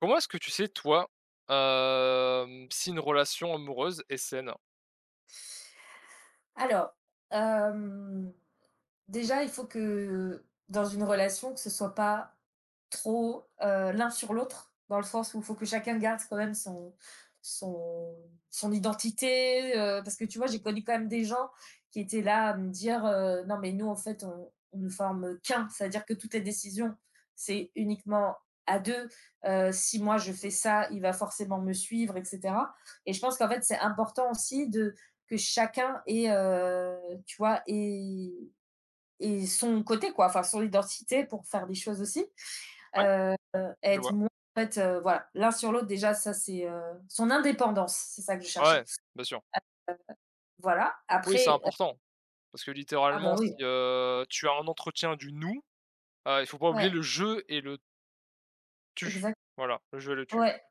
Comment est-ce que tu sais, toi, si une relation amoureuse est saine? Alors, hem, Déjà, il faut que dans une relation, que ce soit pas trop, l'un sur l'autre, dans le sens où il faut que chacun garde quand même son son identité, parce que tu vois, j'ai connu quand même des gens qui étaient là à me dire, «Non mais nous en fait on ne forme qu'un», c'est-à-dire que toutes les décisions, c'est uniquement à 2. Si moi je fais ça, il va forcément me suivre et cetera et je pense qu'en fait, c'est important aussi de que chacun ait, tu vois, ait et son côté, quoi, enfin son identité pour faire des choses aussi. Ouais, Euh, je être vois. moins, en fait, voilà, l'un sur l'autre, déjà, ça c'est son indépendance, c'est ça que je cherchais. Ouais, bien sûr. Voilà, Oui, c'est après, important parce que ah bah littéralement, si, oui, tu as un entretien du «nous», il faut pas oublier ouais, le «je» et le «tu». exact, Voilà, le «je» et le «tu» ouais,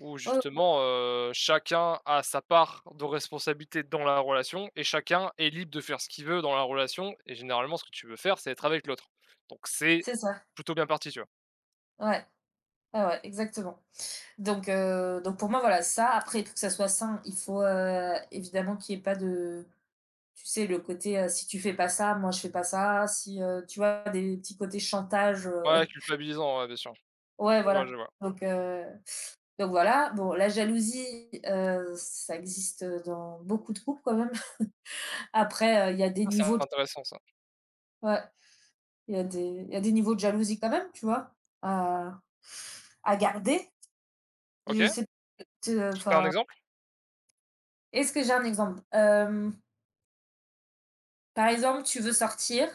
où ouais, justement, chacun a sa part de responsabilité dans la relation et chacun est libre de faire ce qu'il veut dans la relation et généralement, ce que tu veux faire, c'est être avec l'autre. Donc c'est c'est ça, plutôt bien parti, tu vois? ouais. Ouais, ouais, exactement. Donc pour moi, voilà, ça, après, pour que ça soit sain, il faut évidemment qu'il n'y ait pas de, tu sais, le côté, si tu fais pas ça, moi je fais pas ça, si, tu vois, des petits côtés chantage, Ouais, culpabilisant, ouais, bien sûr. ouais, Je vois, voilà. je vois. Donc, euh, Donc voilà, bon, la jalousie, ça existe, dans beaucoup de couples quand même. Après, il y a des Ah, c'est niveaux de intéressant ça. ouais, il y a des niveaux de jalousie quand même, tu vois? À à garder. OK. Je sais t Est-ce que tu as un enfin exemple? Est-ce que j'ai un exemple? Par exemple,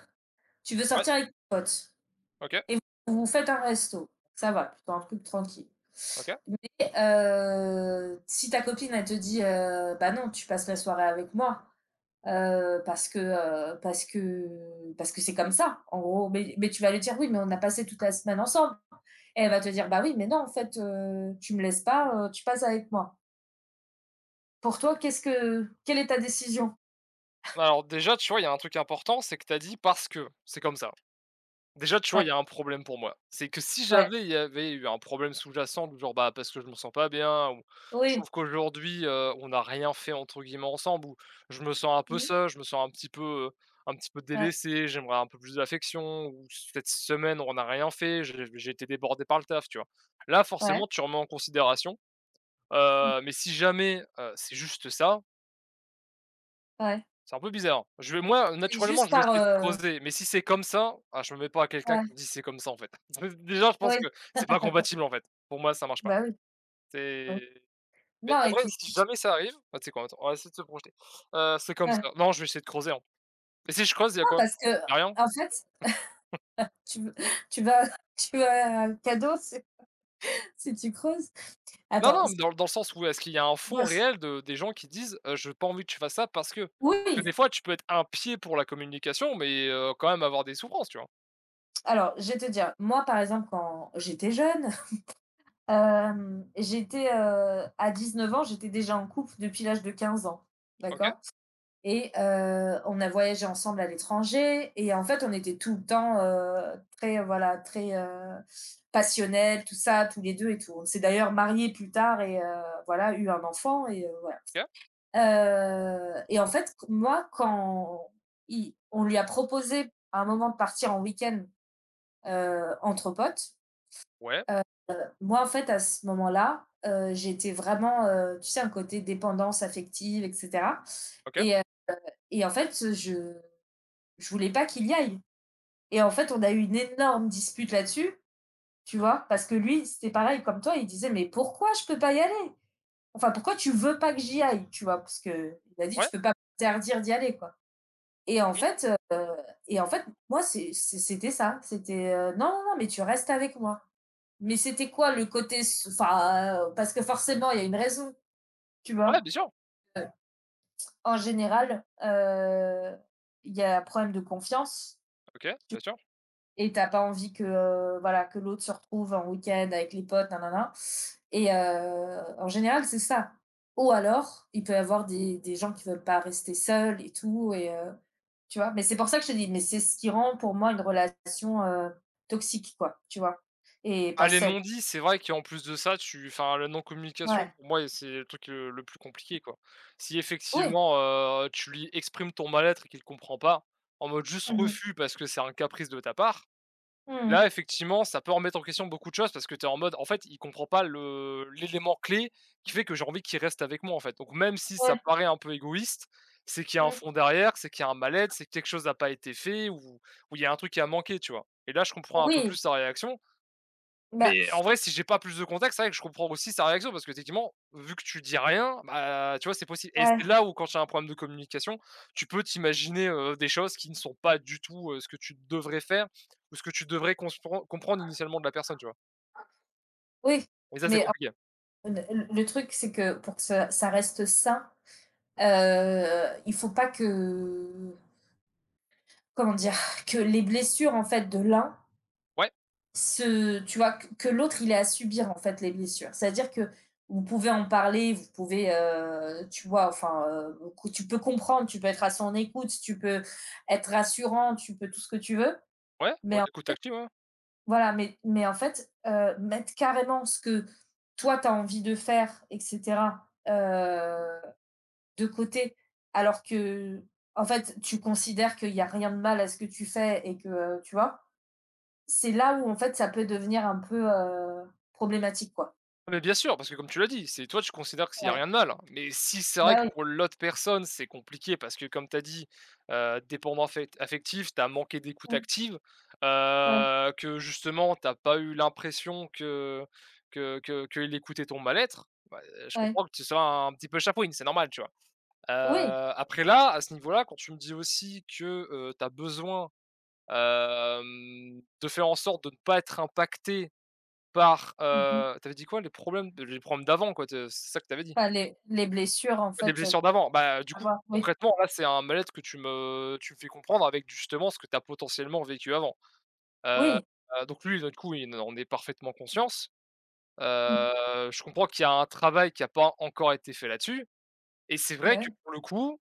tu veux Ouais. sortir avec tes potes OK, et vous vous faites un resto. Ça va, plutôt un truc tranquille. OK. Mais, si ta copine, elle te dit, «Bah non, tu passes la soirée avec moi». Parce que c'est comme ça, en gros. Mais tu vas lui dire: «Oui, mais on a passé toute la semaine ensemble» et elle va te dire: «Bah, oui, mais non, en fait, tu me laisses pas, tu passes avec moi». Pour toi, qu'est-ce que quelle est ta décision? Bah, alors déjà, tu vois, il y a un truc important, c'est que tu as dit: «Parce que c'est comme ça». Déjà, tu vois, il y Ouais, a un problème pour moi. C'est que si ouais, j'avais il y avait eu un problème sous-jacent du genre, bah, parce que je me sens pas bien ou je oui, trouve qu'aujourd'hui, on n'a rien fait entre guillemets ensemble ou je me sens un peu mmh, seul, je me sens heu, un petit peu ouais, délaissé, j'aimerais un peu plus d'affection ou cette semaine on n'a rien fait, j'ai été débordé par le taf, tu vois? Là, ouais, forcément, tu remets en considération, mmh, mais si jamais, c'est juste ça. ouais. C'est un peu bizarre. Je vais moi, C'est naturellement, juste je vais par, essayer de creuser, mais si c'est comme ça, ah, je me mets pas à quelqu'un ouais, qui me dit: «C'est comme ça, en fait». Déjà, je pense oui, que c'est pas compatible, en fait. Pour moi, ça marche pas. bah, oui, bah, oui. C'est mais Non en et vrai, puis si si tu jamais ça arrive bah, tu sais quoi? Attends, on va essayer de se projeter. C'est comme Ouais, non, ça. Non, je vais essayer de creuser, hein. Et si je creuse, il y a quoi? parce que Il y a rien? en fait, tu tu vas tu vas à un cadeau si tu creuses. Non, Attends, non, mais dans le sens où est-ce qu'il y a un fond réel de des gens qui disent: je j'ai pas envie que tu fasses ça parce que». Parce que des oui! fois, tu peux être un pied pour la communication, mais quand même avoir des souffrances, tu vois? Alors, je vais te dire, moi, par exemple, quand j'étais jeune, j'étais, à 9 ans, j'étais déjà en couple depuis l'âge de 15 ans, OK, d'accord? Et on a voyagé ensemble à l'étranger et en fait, on était tout le temps, très, voilà, très, passionnels, tout ça, tous les 2 et tout. On s'est d'ailleurs mariés plus tard et voilà, eu un enfant et voilà. OK, Et en fait, moi, quand il on lui a proposé à un moment de partir en week-end, entre potes, ouais, euh, moi, en fait, à ce moment-là, j'étais vraiment, tu sais, un côté dépendance affective et cetera OK, et heu et en fait, je voulais pas qu'il y aille et en fait, on a eu une énorme dispute là-dessus, tu vois? Parce que lui, c'était pareil comme toi, il disait: «Mais pourquoi je peux pas y aller? Enfin, pourquoi tu veux pas que j'y aille?» tu vois? Parce que il a dit: ouais, «Tu peux pas m'interdire d'y aller, quoi» et en mmh, fait, heu et en fait, moi, c'était ça, c'était, «Non, non, non, mais tu restes avec moi». Mais c'était quoi le côté. Enfin, parce que forcément, il y a une raison, tu vois. ouais, bien sûr. Euh, En général, il y a un problème de confiance OK, bien sûr. et t'as pas envie que voilà que l'autre se retrouve en week-end avec les potes, nanana. Et en général, c'est ça. Ou alors, il peut y avoir des gens qui veulent pas rester seuls et tout. Et, tu vois, mais c'est pour ça que je te dis, mais c'est ce qui rend pour moi une relation toxique, quoi, tu vois, et Ah, pas les saine. non-dits, c'est vrai qu'en plus de ça, tu enfin, la non-communication Ouais. pour moi c'est le truc le plus compliqué, quoi. Si Oui. effectivement, tu lui exprimes ton mal-être et qu'il ne comprend pas, en mode juste Mhm. refus parce que c'est un caprice de ta part, Mhm. là, effectivement, ça peut remettre en question beaucoup de choses parce que tu es en mode: «En fait, il comprend pas le l'élément clé qui fait que j'ai envie qu'il reste avec moi, en fait». Donc même si ça Ouais. paraît un peu égoïste, c'est qu'il y a un Mmh. fond derrière, c'est qu'il y a un mal-être, c'est que quelque chose n'a pas été fait ou il y a un truc qui a manqué, tu vois? Et là, je comprends un peu plus Oui, sa réaction. bah, Mais en vrai, si j'ai pas plus de contexte, c'est vrai que je comprends aussi sa réaction parce que techniquement, vu que tu dis rien, bah, tu vois, c'est possible. Et c'est ouais, là où, quand tu as un problème de communication, tu peux t'imaginer des choses qui ne sont pas du tout ce que tu devrais faire ou ce que tu devrais comprendre initialement de la personne, tu vois. oui, Et ça, c'est mais en- compliqué. le truc, c'est que pour que ça reste sain, il faut pas que comment dire? Que les blessures, en fait, de l'un Ouais, se tu vois? Que l'autre, il ait à subir, en fait, les blessures. C'est-à-dire que vous pouvez en parler, vous pouvez, tu vois? Enfin, que tu peux comprendre, tu peux être à son écoute, tu peux être rassurant, tu peux tout ce que tu veux. ouais, ouais, mais l'écoute active, ouais. Voilà, mais en fait, mettre carrément ce que toi tu as envie de faire et cetera, de côté, alors que en fait, tu considères qu'il y a rien de mal à ce que tu fais et que tu vois? C'est là où en fait ça peut devenir un peu, problématique quoi. Ah mais bien sûr, parce que comme tu l'as dit, c'est toi tu considères que s'il y a rien Ouais. de mal, hein, mais si c'est vrai que Bah oui. pour l'autre personne, c'est compliqué parce que comme tu as dit, dépendant affect affectif, tu as manqué d'écoute Mmh. active, Ouais, que justement tu pas eu l'impression que que qu'il écoutait ton mal-être, je ouais. comprends que tu sois un petit peu chapouine, c'est normal, tu vois? Heu, Oui. après là, à ce niveau-là, quand tu me dis aussi que, tu as besoin, de faire en sorte de ne pas être impacté. Par, Mmh. Tu avais dit quoi? Les problèmes de les problèmes d'avant quoi, te c'est ça que tu avais dit? Enfin les blessures en Les fait, blessures d'avant. Bah, du coup, avoir oui, concrètement, là, c'est un mal-être que tu me fais comprendre avec justement ce que tu as potentiellement vécu avant. Heu oui. Donc lui, du coup, il en est parfaitement conscience. Mmh. Je comprends qu'il y a un travail qui a pas encore été fait là-dessus et c'est vrai Bah que oui. pour le coup,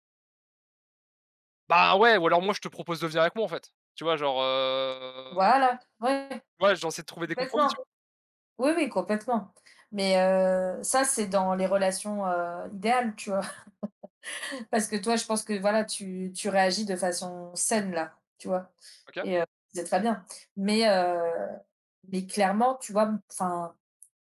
bah, ouais, ou alors moi, je te propose de venir avec moi, en fait. Tu vois? Genre, Voilà, ouais, ouais, j'essaie de trouver des compromis, complètement. tu vois? Oui, oui, complètement. Mais ça, c'est dans les relations, idéales, tu vois? Parce que toi, je pense que voilà, tu réagis de façon saine là, tu vois? OK. Et c'est très bien. Mais heu, mais clairement, tu vois? Enfin,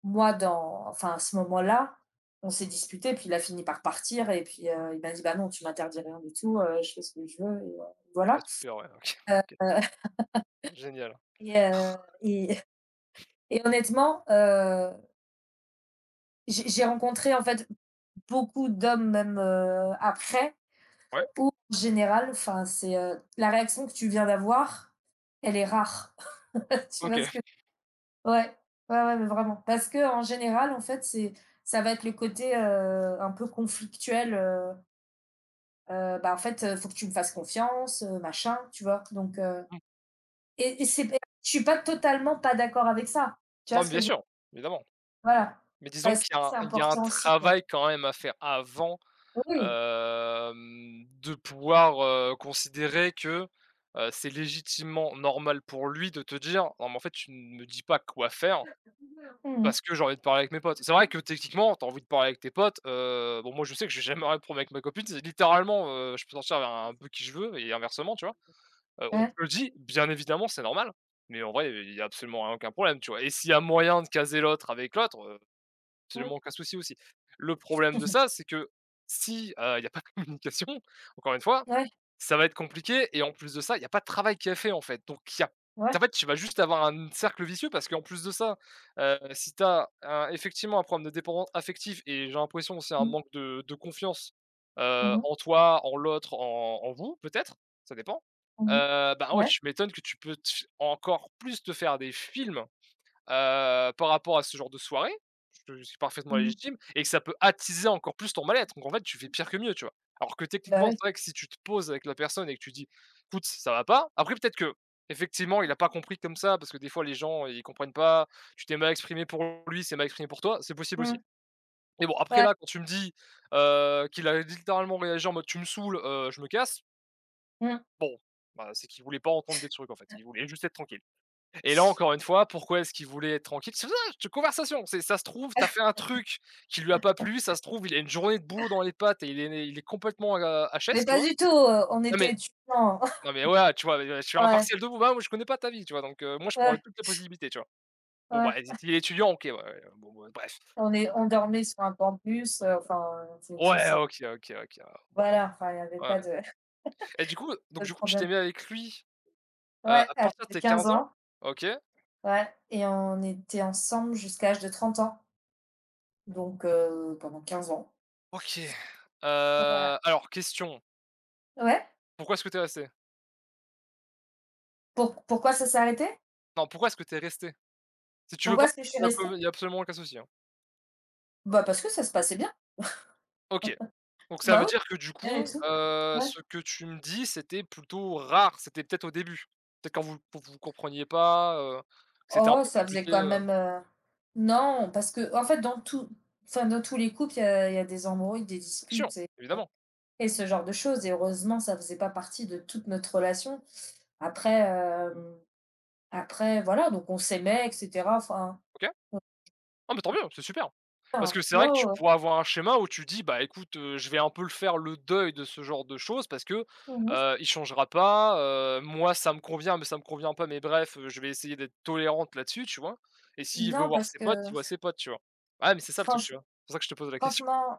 moi, dans enfin, à ce moment-là, on s'est disputé puis il a fini par partir et puis, il m'a dit: «Bah non, tu m'interdis rien du tout, je fais ce que je veux» et Ouais, voilà. super, ouais, OK. OK. Heu Génial. et heu et et honnêtement, j'ai rencontré en fait beaucoup d'hommes même, après Ouais, ou en général, enfin c'est, la réaction que tu viens d'avoir, elle est rare. Tu vois OK. ce que Ouais, ouais, ouais, mais vraiment. Parce que en général, en fait, c'est ça va être le côté, un peu conflictuel, bah, en fait, faut que tu me fasses confiance, machin, tu vois? Donc et c'est p je suis pas totalement pas d'accord avec ça. Tu vois Non, mais ce bien que je sûr, évidemment. Voilà, Mais disons parce que qu'il y a c'est un il y a un important aussi, travail quoi. quand même à faire avant, Oui, de pouvoir, considérer que, c'est légitimement normal pour lui de te dire: «Non, mais en fait, tu ne me dis pas quoi faire mmh. parce que j'ai envie de parler avec mes potes». C'est vrai que techniquement, tu as envie de parler avec tes potes, bon moi je sais que je vais jamais rien de problème avec ma copine, c'est littéralement, je peux sortir avec un peu qui je veux et inversement, tu vois? On te Ouais. le dit, bien évidemment, c'est normal, mais en vrai, il y a absolument aucun problème, tu vois? Et s'il y a moyen de caser l'autre avec l'autre, heu. Mmh. Absolument aucun souci aussi. Le problème de ça, c'est que si, il y a pas de communication, encore une fois, Ouais, ça va être compliqué et en plus de ça, il y a pas de travail qui est fait, en fait. Donc il y a ouais. en fait, tu vas juste avoir un cercle vicieux parce qu'en plus de ça, si tu as effectivement un problème de dépendance affective et j'ai l'impression que c'est un Mmh. manque de confiance, Mmh. en toi, en l'autre, en vous peut-être, ça dépend, Mmh mh. Bah, ouais, Ouais. tu m'étonnes que tu peux te encore plus te faire des films par rapport à ce genre de soirée, je suis parfaitement Mmh mh. légitime et que ça peut attiser encore plus ton mal-être. Donc en fait, tu fais pire que mieux, tu vois? Alors que Bah, techniquement, c'est oui. vrai que si tu te poses avec la personne et que tu dis: «Écoute, ça va pas». Après peut-être que effectivement, il a pas compris comme ça, parce que des fois les gens, ils comprennent pas, tu t'es mal exprimé pour lui, c'est mal exprimé pour toi, c'est possible aussi. Mmh. Mais bon, après Ouais. là, quand tu me dis, qu'il a littéralement réagi en mode: «Tu me saoules, je me casse», Mmh. bah, c'est qu'il voulait pas entendre des trucs en fait, il voulait juste être tranquille. Et là, encore une fois, pourquoi est-ce qu'il voulait être tranquille? C'est une conversation, c'est ça se trouve, t'as fait un truc qui lui a pas plu, ça se trouve, il a une journée de boulot dans les pattes et il est complètement, HS, Mais tu pas vois? du tout, on Non, était mais étudiants. non, mais ouais, tu vois? Je suis un Ouais, partiel de vous, bah, moi je connais pas ta vie, tu vois? Donc moi, je prends ouais, toutes les possibilités, tu vois? Bon, bah, ouais. s'il est étudiant, OK, ouais, ouais, ouais, bon, ouais, bref. On dormait sur un campus, enfin, c'est tout Ouais, ça. OK, OK, OK, bon, ouais, Voilà, enfin, il y avait bon, pas ouais. de Et du coup donc pas de du coup, tu t'es problème. mis avec lui, Ouais, à à l'âge partir de de tes 15 15 ans? ans, OK. ouais et on était ensemble jusqu'à l'âge de 30 ans, donc pendant 15 ans. OK. Voilà. Heu, alors question, Ouais. pourquoi est-ce que t'es resté? Pourquoi ça s'est arrêté? Non, pourquoi est-ce que t'es resté? Si tu veux Pourquoi pas, est-ce que je suis restée? comme il y a absolument aucun souci, hein. Bah, parce que ça se passait bien. OK, donc ça veut Bah, dire que du oui, et coup, tout. Ouais. ce que tu me dis, c'était plutôt rare, c'était peut-être au début? Peut-être quand vous compreniez pas, que c'était un Oh, peu ça faisait compliqué, quand heu? même, non, parce que en fait, dans tout enfin, dans tous les couples, il y a des embrouilles, des Bien sûr, disputes et évidemment, et ce genre de choses et heureusement, ça faisait pas partie de toute notre relation. Après, hem, après voilà, donc on s'aimait et cetera, enfin, OK. Ah mais tant mieux, c'est super! ouais, Parce que c'est vrai ouais, que tu ouais. pourras avoir un schéma où tu dis: «Bah écoute, je vais un peu le faire le deuil de ce genre de choses parce que, Mmh mh. Il changera pas, moi ça me convient, mais ça me convient pas, mais bref, je vais essayer d'être tolérante là-dessus», tu vois? Et s'il veut Non, voir parce ses potes, il que voit ses potes, tu vois? Ah mais c'est ça le truc, tu franche vois? C'est pour ça que je te pose la question. franchement,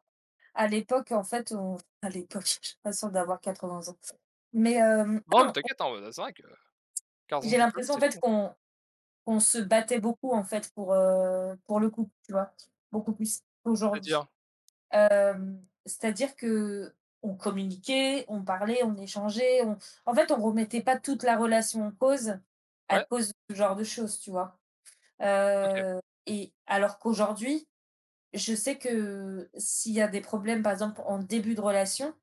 à l'époque, en fait, on à l'époque, je suis pas sûre d'avoir 80 ans, mais Non mais t'inquiète, hein, c'est vrai que 15 ans j'ai de vie commune, l'impression, en c'est fou, fait, hein. qu'on se battait beaucoup en fait pour le couple, tu vois? Beaucoup plus qu'aujourd'hui. C'est-à-dire? C'est-à-dire que on communiquait, on parlait, on échangeait, on en fait, on remettait pas toute la relation en cause, à Ouais? cause de ce genre de choses, tu vois? OK. Heu et alors qu'aujourd'hui, je sais que s'il y a des problèmes, par exemple, en début de relation,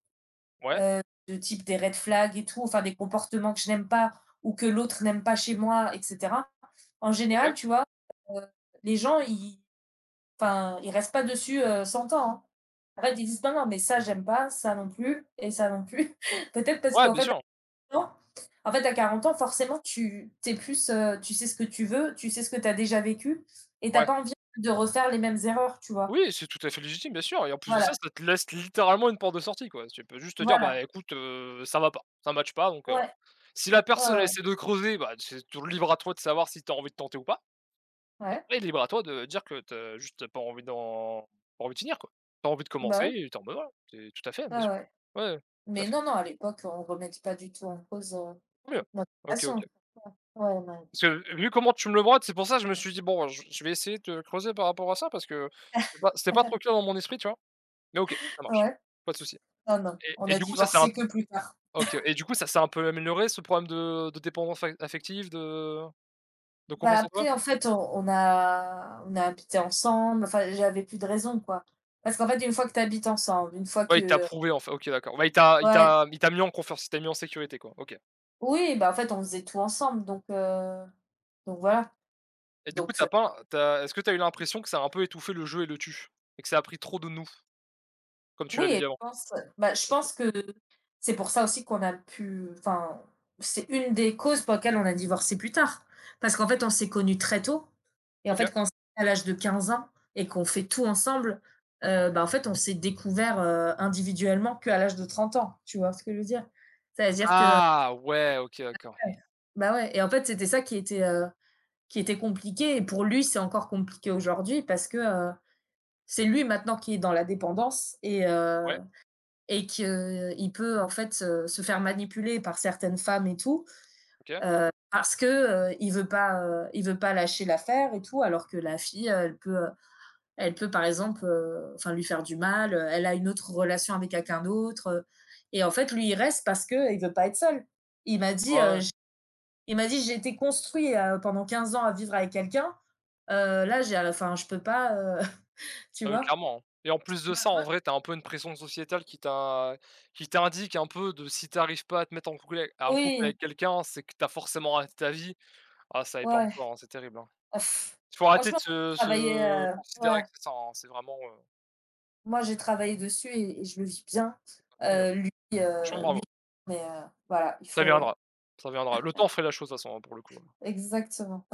Ouais. heu, de type des red flags et tout, enfin des comportements que je n'aime pas ou que l'autre n'aime pas chez moi et cetera. En OK. général, tu vois? Les gens, ils, enfin, ils restent pas dessus 100 ans. Hein. En fait, ils disent, non, non, mais ça, j'aime pas, ça non plus, et ça non plus. Peut-être parce Ouais, qu'en bien fait, à sûr. 40 ans, en fait, à 40 ans, forcément, tu t'es plus, tu sais ce que tu veux, tu sais ce que tu as déjà vécu, et t'as Ouais. pas envie de refaire les mêmes erreurs, tu vois. Oui, c'est tout à fait légitime, bien sûr et en plus de ça, Voilà, ça te laisse littéralement une porte de sortie, quoi. Tu peux juste te dire: «Bah, voilà. écoute, ça va pas, ça matche pas donc Ouais, voilà». Si la ouais, ouais. personne Ouais. essaie de creuser, bah, c'est toujours libre à toi de savoir si t'as envie de tenter ou pas et Ouais, après libre à toi de dire que t'as juste pas envie d'en pas envie de finir, quoi. T'as envie de bah commencer oui, et tu en mode voilà, c'est tout à fait, ouais, bien sûr. ouais. Ouais, ouais, tout à Mais fait. non, non, à l'époque, on remettait pas du tout en cause Oui, notre OK, relation. OK. Ouais, non. Parce que vu comment tu me le brodes, c'est pour ça que je me suis dit: «Bon, je vais essayer de creuser par rapport à ça» parce que c'était pas trop clair dans mon esprit, tu vois? Mais OK, ça marche. Ouais. Pas de souci. Non, non, on Et a du coup, ça s'est un divorcé que plus tard. OK et du coup, ça s'est un peu amélioré ce problème de dépendance a affective, de Bah, confiance en toi? après, en fait, on a habité ensemble, enfin, j'avais plus de raison, quoi. Parce qu'en fait, une fois que tu habites ensemble, une fois Ouais, il t'a que prouvé en fait OK d'accord. Ouais, ouais, il t'a mis en confiance, il t'a mis en sécurité quoi, OK. oui, bah, en fait, on faisait tout ensemble, donc voilà. Et du coup, Donc t'as pas t'as, est-ce que t'as eu l'impression que ça a un peu étouffé le jeu et le tue, Et que ça a pris trop de nous, comme tu oui l'avais et dit je avant? pense bah, je OK. pense que c'est pour ça aussi qu'on a pu enfin, c'est une des causes pour lesquelles on a divorcé plus tard. Parce qu'en fait, on s'est connus très tôt et en OK. fait, quand on s'est connus à l'âge de 15 ans et qu'on fait tout ensemble, bah, en fait, on s'est découvert, individuellement qu'à l'âge de 30 ans, tu vois ce que je veux dire? C'est-à-dire que Ah ouais, OK d'accord. Ouais, bah, ouais et en fait, c'était ça qui était compliqué et pour lui, c'est encore compliqué aujourd'hui parce que, c'est lui maintenant qui est dans la dépendance et heu Ouais, et qu'il peut en fait se faire manipuler par certaines femmes et tout OK. parce que il veut pas lâcher l'affaire et tout alors que la fille elle peut par exemple enfin lui faire du mal elle a une autre relation avec quelqu'un d'autre et en fait lui il reste parce que il veut pas être seul. il m'a dit Ouais, euh, ouais. j- il m'a dit j'ai été construit pendant 15 ans à vivre avec quelqu'un, là j'ai enfin, je peux pas tu Ah oui, vois. clairement. Hein. Et en plus de ça, Ouais. en vrai, t'as un peu une pression sociétale qui t'indique un peu de si t'arrives pas à te mettre en couple Oui, avec quelqu'un, c'est que t'as forcément raté ta vie. Ah ça épargne pas, ouais. hein, c'est terrible, hein. Ah, Il faut arrêter de franchement moi, j'ai travaillé, se considérer ouais. que c'est ça, hein, c'est vraiment, Moi, j'ai travaillé dessus et je le vis bien. tant mieux. Lui, Franchement lui bravo, mais voilà, il ça faut viendra, ça viendra. Le temps fait la chose de toute façon, hein, pour le coup. Hein. exactement.